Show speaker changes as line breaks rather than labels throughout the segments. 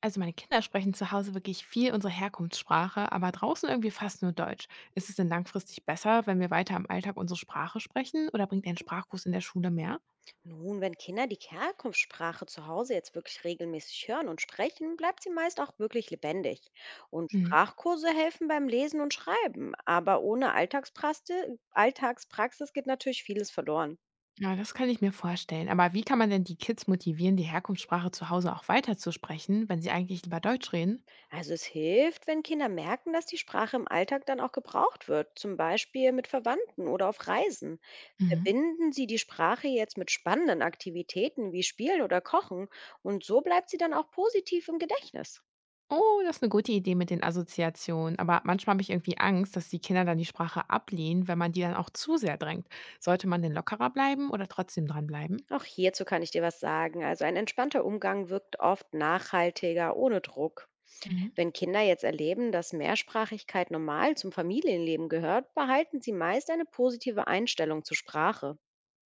Also meine Kinder sprechen zu Hause wirklich viel unsere Herkunftssprache, aber draußen irgendwie fast nur Deutsch. Ist es denn langfristig besser, wenn wir weiter im Alltag unsere Sprache sprechen oder bringt ein Sprachkurs in der Schule mehr?
Nun, wenn Kinder die Herkunftssprache zu Hause jetzt wirklich regelmäßig hören und sprechen, bleibt sie meist auch wirklich lebendig. Und
Hm.
Sprachkurse helfen beim Lesen und Schreiben, aber ohne Alltagspraxis geht natürlich vieles verloren.
Ja, das kann ich mir vorstellen. Aber wie kann man denn die Kids motivieren, die Herkunftssprache zu Hause auch weiter zu sprechen, wenn sie eigentlich lieber Deutsch reden?
Also es hilft, wenn Kinder merken, dass die Sprache im Alltag dann auch gebraucht wird, zum Beispiel mit Verwandten oder auf Reisen.
Mhm.
Verbinden Sie die Sprache jetzt mit spannenden Aktivitäten wie Spielen oder Kochen, und so bleibt sie dann auch positiv im Gedächtnis.
Oh, das ist eine gute Idee mit den Assoziationen. Aber manchmal habe ich irgendwie Angst, dass die Kinder dann die Sprache ablehnen, wenn man die dann auch zu sehr drängt. Sollte man denn lockerer bleiben oder trotzdem dranbleiben?
Auch hierzu kann ich dir was sagen. Also ein entspannter Umgang wirkt oft nachhaltiger, ohne Druck.
Mhm.
Wenn Kinder jetzt erleben, dass Mehrsprachigkeit normal zum Familienleben gehört, behalten sie meist eine positive Einstellung zur Sprache.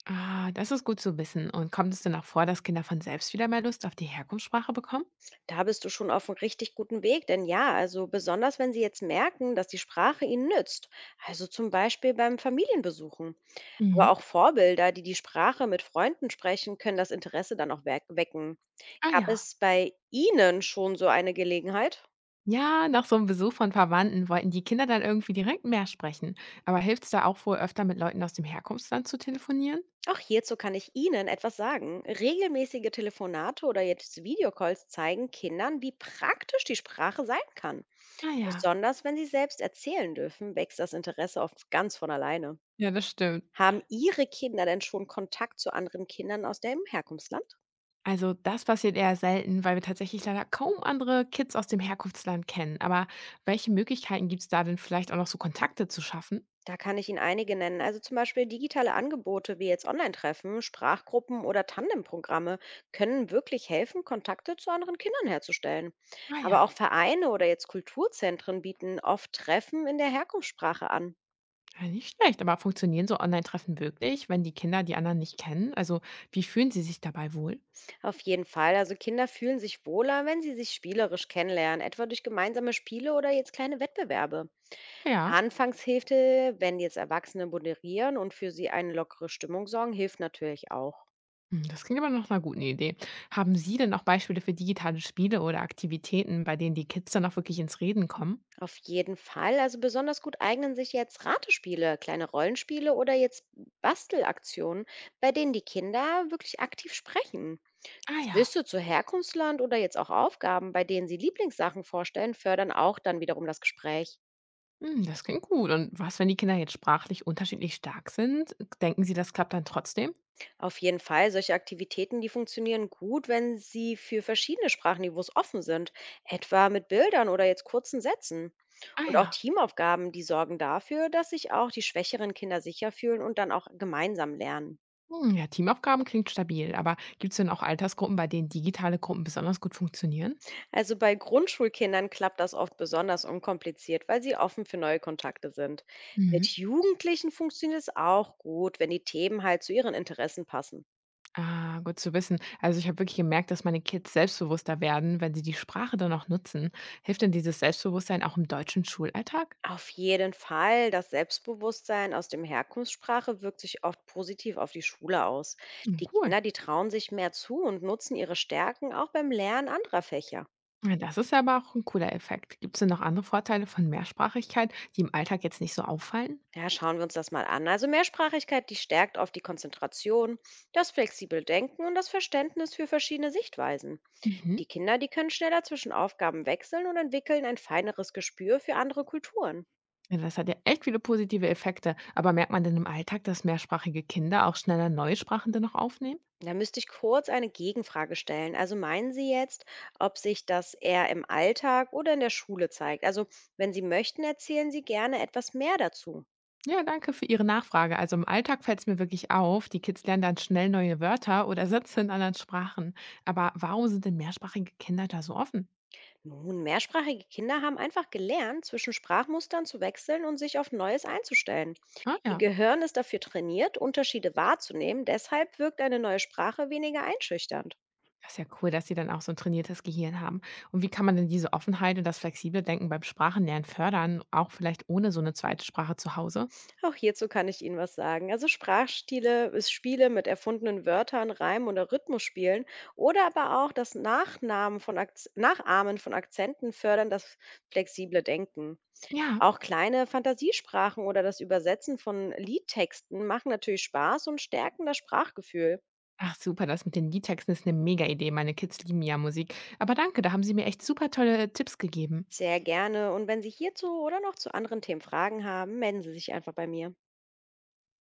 Ah, das ist gut zu wissen. Und kommt es denn auch vor, dass Kinder von selbst wieder mehr Lust auf die Herkunftssprache bekommen?
Da bist du schon auf einem richtig guten Weg, denn ja, also besonders wenn sie jetzt merken, dass die Sprache ihnen nützt. Also zum Beispiel beim Familienbesuchen. Aber
Mhm.
auch Vorbilder, die die Sprache mit Freunden sprechen, können das Interesse dann auch wecken.
Ah,
Gab
ja.
es bei Ihnen schon so eine Gelegenheit?
Ja, nach so einem Besuch von Verwandten wollten die Kinder dann irgendwie direkt mehr sprechen. Aber hilft es da auch wohl öfter mit Leuten aus dem Herkunftsland zu telefonieren?
Auch hierzu kann ich Ihnen etwas sagen. Regelmäßige Telefonate oder jetzt Videocalls zeigen Kindern, wie praktisch die Sprache sein kann.
Ah, ja.
Besonders wenn sie selbst erzählen dürfen, wächst das Interesse oft ganz von alleine.
Ja, das stimmt.
Haben Ihre Kinder denn schon Kontakt zu anderen Kindern aus dem Herkunftsland?
Also das passiert eher selten, weil wir tatsächlich leider kaum andere Kids aus dem Herkunftsland kennen. Aber welche Möglichkeiten gibt es da denn vielleicht auch noch so Kontakte zu schaffen?
Da kann ich Ihnen einige nennen. Also zum Beispiel digitale Angebote wie jetzt Online-Treffen, Sprachgruppen oder Tandemprogramme können wirklich helfen, Kontakte zu anderen Kindern herzustellen.
Ah,
Aber
ja.
auch Vereine oder jetzt Kulturzentren bieten oft Treffen in der Herkunftssprache an.
Ja, nicht schlecht, aber funktionieren so Online-Treffen wirklich, wenn die Kinder die anderen nicht kennen? Also, wie fühlen sie sich dabei wohl?
Auf jeden Fall. Also Kinder fühlen sich wohler, wenn sie sich spielerisch kennenlernen, etwa durch gemeinsame Spiele oder jetzt kleine Wettbewerbe.
Ja,
Anfangshilfe, wenn jetzt Erwachsene moderieren und für sie eine lockere Stimmung sorgen, hilft natürlich auch.
hm, das klingt aber nach einer guten Idee. Haben Sie denn auch Beispiele für digitale Spiele oder Aktivitäten, bei denen die Kids dann auch wirklich ins Reden kommen?
Auf jeden Fall. Also besonders gut eignen sich jetzt Ratespiele, kleine Rollenspiele oder jetzt Bastelaktionen, bei denen die Kinder wirklich aktiv sprechen.
Ah ja,
Wüsste zu Herkunftsland oder jetzt auch Aufgaben, bei denen sie Lieblingssachen vorstellen, fördern auch dann wiederum das Gespräch.
hm, das klingt gut. Und was, wenn die Kinder jetzt sprachlich unterschiedlich stark sind? Denken Sie, das klappt dann trotzdem?
Auf jeden Fall, solche Aktivitäten, die funktionieren gut, wenn sie für verschiedene Sprachniveaus offen sind, etwa mit Bildern oder jetzt kurzen Sätzen.
Ah,
Und auch
ja.
Teamaufgaben, die sorgen dafür, dass sich auch die schwächeren Kinder sicher fühlen und dann auch gemeinsam lernen.
Hm, ja, Teamaufgaben klingt stabil, aber gibt es denn auch Altersgruppen, bei denen digitale Gruppen besonders gut funktionieren?
Also bei Grundschulkindern klappt das oft besonders unkompliziert, weil sie offen für neue Kontakte sind. Mit
Mhm.
Jugendlichen funktioniert es auch gut, wenn die Themen halt zu ihren Interessen passen.
Ah, gut zu wissen. Also ich habe wirklich gemerkt, dass meine Kids selbstbewusster werden, wenn sie die Sprache dann noch nutzen. Hilft denn dieses Selbstbewusstsein auch im deutschen Schulalltag?
Auf jeden Fall, das Selbstbewusstsein aus dem Herkunftssprache wirkt sich oft positiv auf die Schule aus.
Hm,
Die
cool.
Kinder, die trauen sich mehr zu und nutzen ihre Stärken auch beim Lernen anderer Fächer.
Ja, das ist ja aber auch ein cooler Effekt. Gibt es denn noch andere Vorteile von Mehrsprachigkeit, die im Alltag jetzt nicht so auffallen?
Ja, schauen wir uns das mal an. Also Mehrsprachigkeit, die stärkt oft die Konzentration, das flexible Denken und das Verständnis für verschiedene Sichtweisen.
Mhm.
Die Kinder, die können schneller zwischen Aufgaben wechseln und entwickeln ein feineres Gespür für andere Kulturen.
Ja, das hat ja echt viele positive Effekte. Aber merkt man denn im Alltag, dass mehrsprachige Kinder auch schneller neue Sprachen dann noch aufnehmen?
Da müsste ich kurz eine Gegenfrage stellen. Also meinen Sie jetzt, ob sich das eher im Alltag oder in der Schule zeigt? Also wenn Sie möchten, erzählen Sie gerne etwas mehr dazu.
Ja, danke für Ihre Nachfrage. Also im Alltag fällt es mir wirklich auf, die Kids lernen dann schnell neue Wörter oder Sätze in anderen Sprachen. Aber warum sind denn mehrsprachige Kinder da so offen?
Nun, mehrsprachige Kinder haben einfach gelernt, zwischen Sprachmustern zu wechseln und sich auf Neues einzustellen.
Ah
Ihr
ja,
Gehirn ist dafür trainiert, Unterschiede wahrzunehmen. Deshalb wirkt eine neue Sprache weniger einschüchternd.
das ist ja cool, dass sie dann auch so ein trainiertes Gehirn haben. Und wie kann man denn diese Offenheit und das flexible Denken beim Sprachenlernen fördern, auch vielleicht ohne so eine zweite Sprache zu Hause?
Auch hierzu kann ich Ihnen was sagen. Also Sprachstile, ist Spiele mit erfundenen Wörtern, Reimen oder Rhythmusspielen oder aber auch das Nachnamen von Akz Nachahmen von Akzenten fördern das flexible Denken.
Ja.
Auch kleine Fantasiesprachen oder das Übersetzen von Liedtexten machen natürlich Spaß und stärken das Sprachgefühl.
Ach super, das mit den Liedtexten ist eine mega Idee. Meine Kids lieben ja Musik. Aber danke, da haben Sie mir echt super tolle Tipps gegeben.
Sehr gerne. Und wenn Sie hierzu oder noch zu anderen Themen Fragen haben, melden Sie sich einfach bei mir.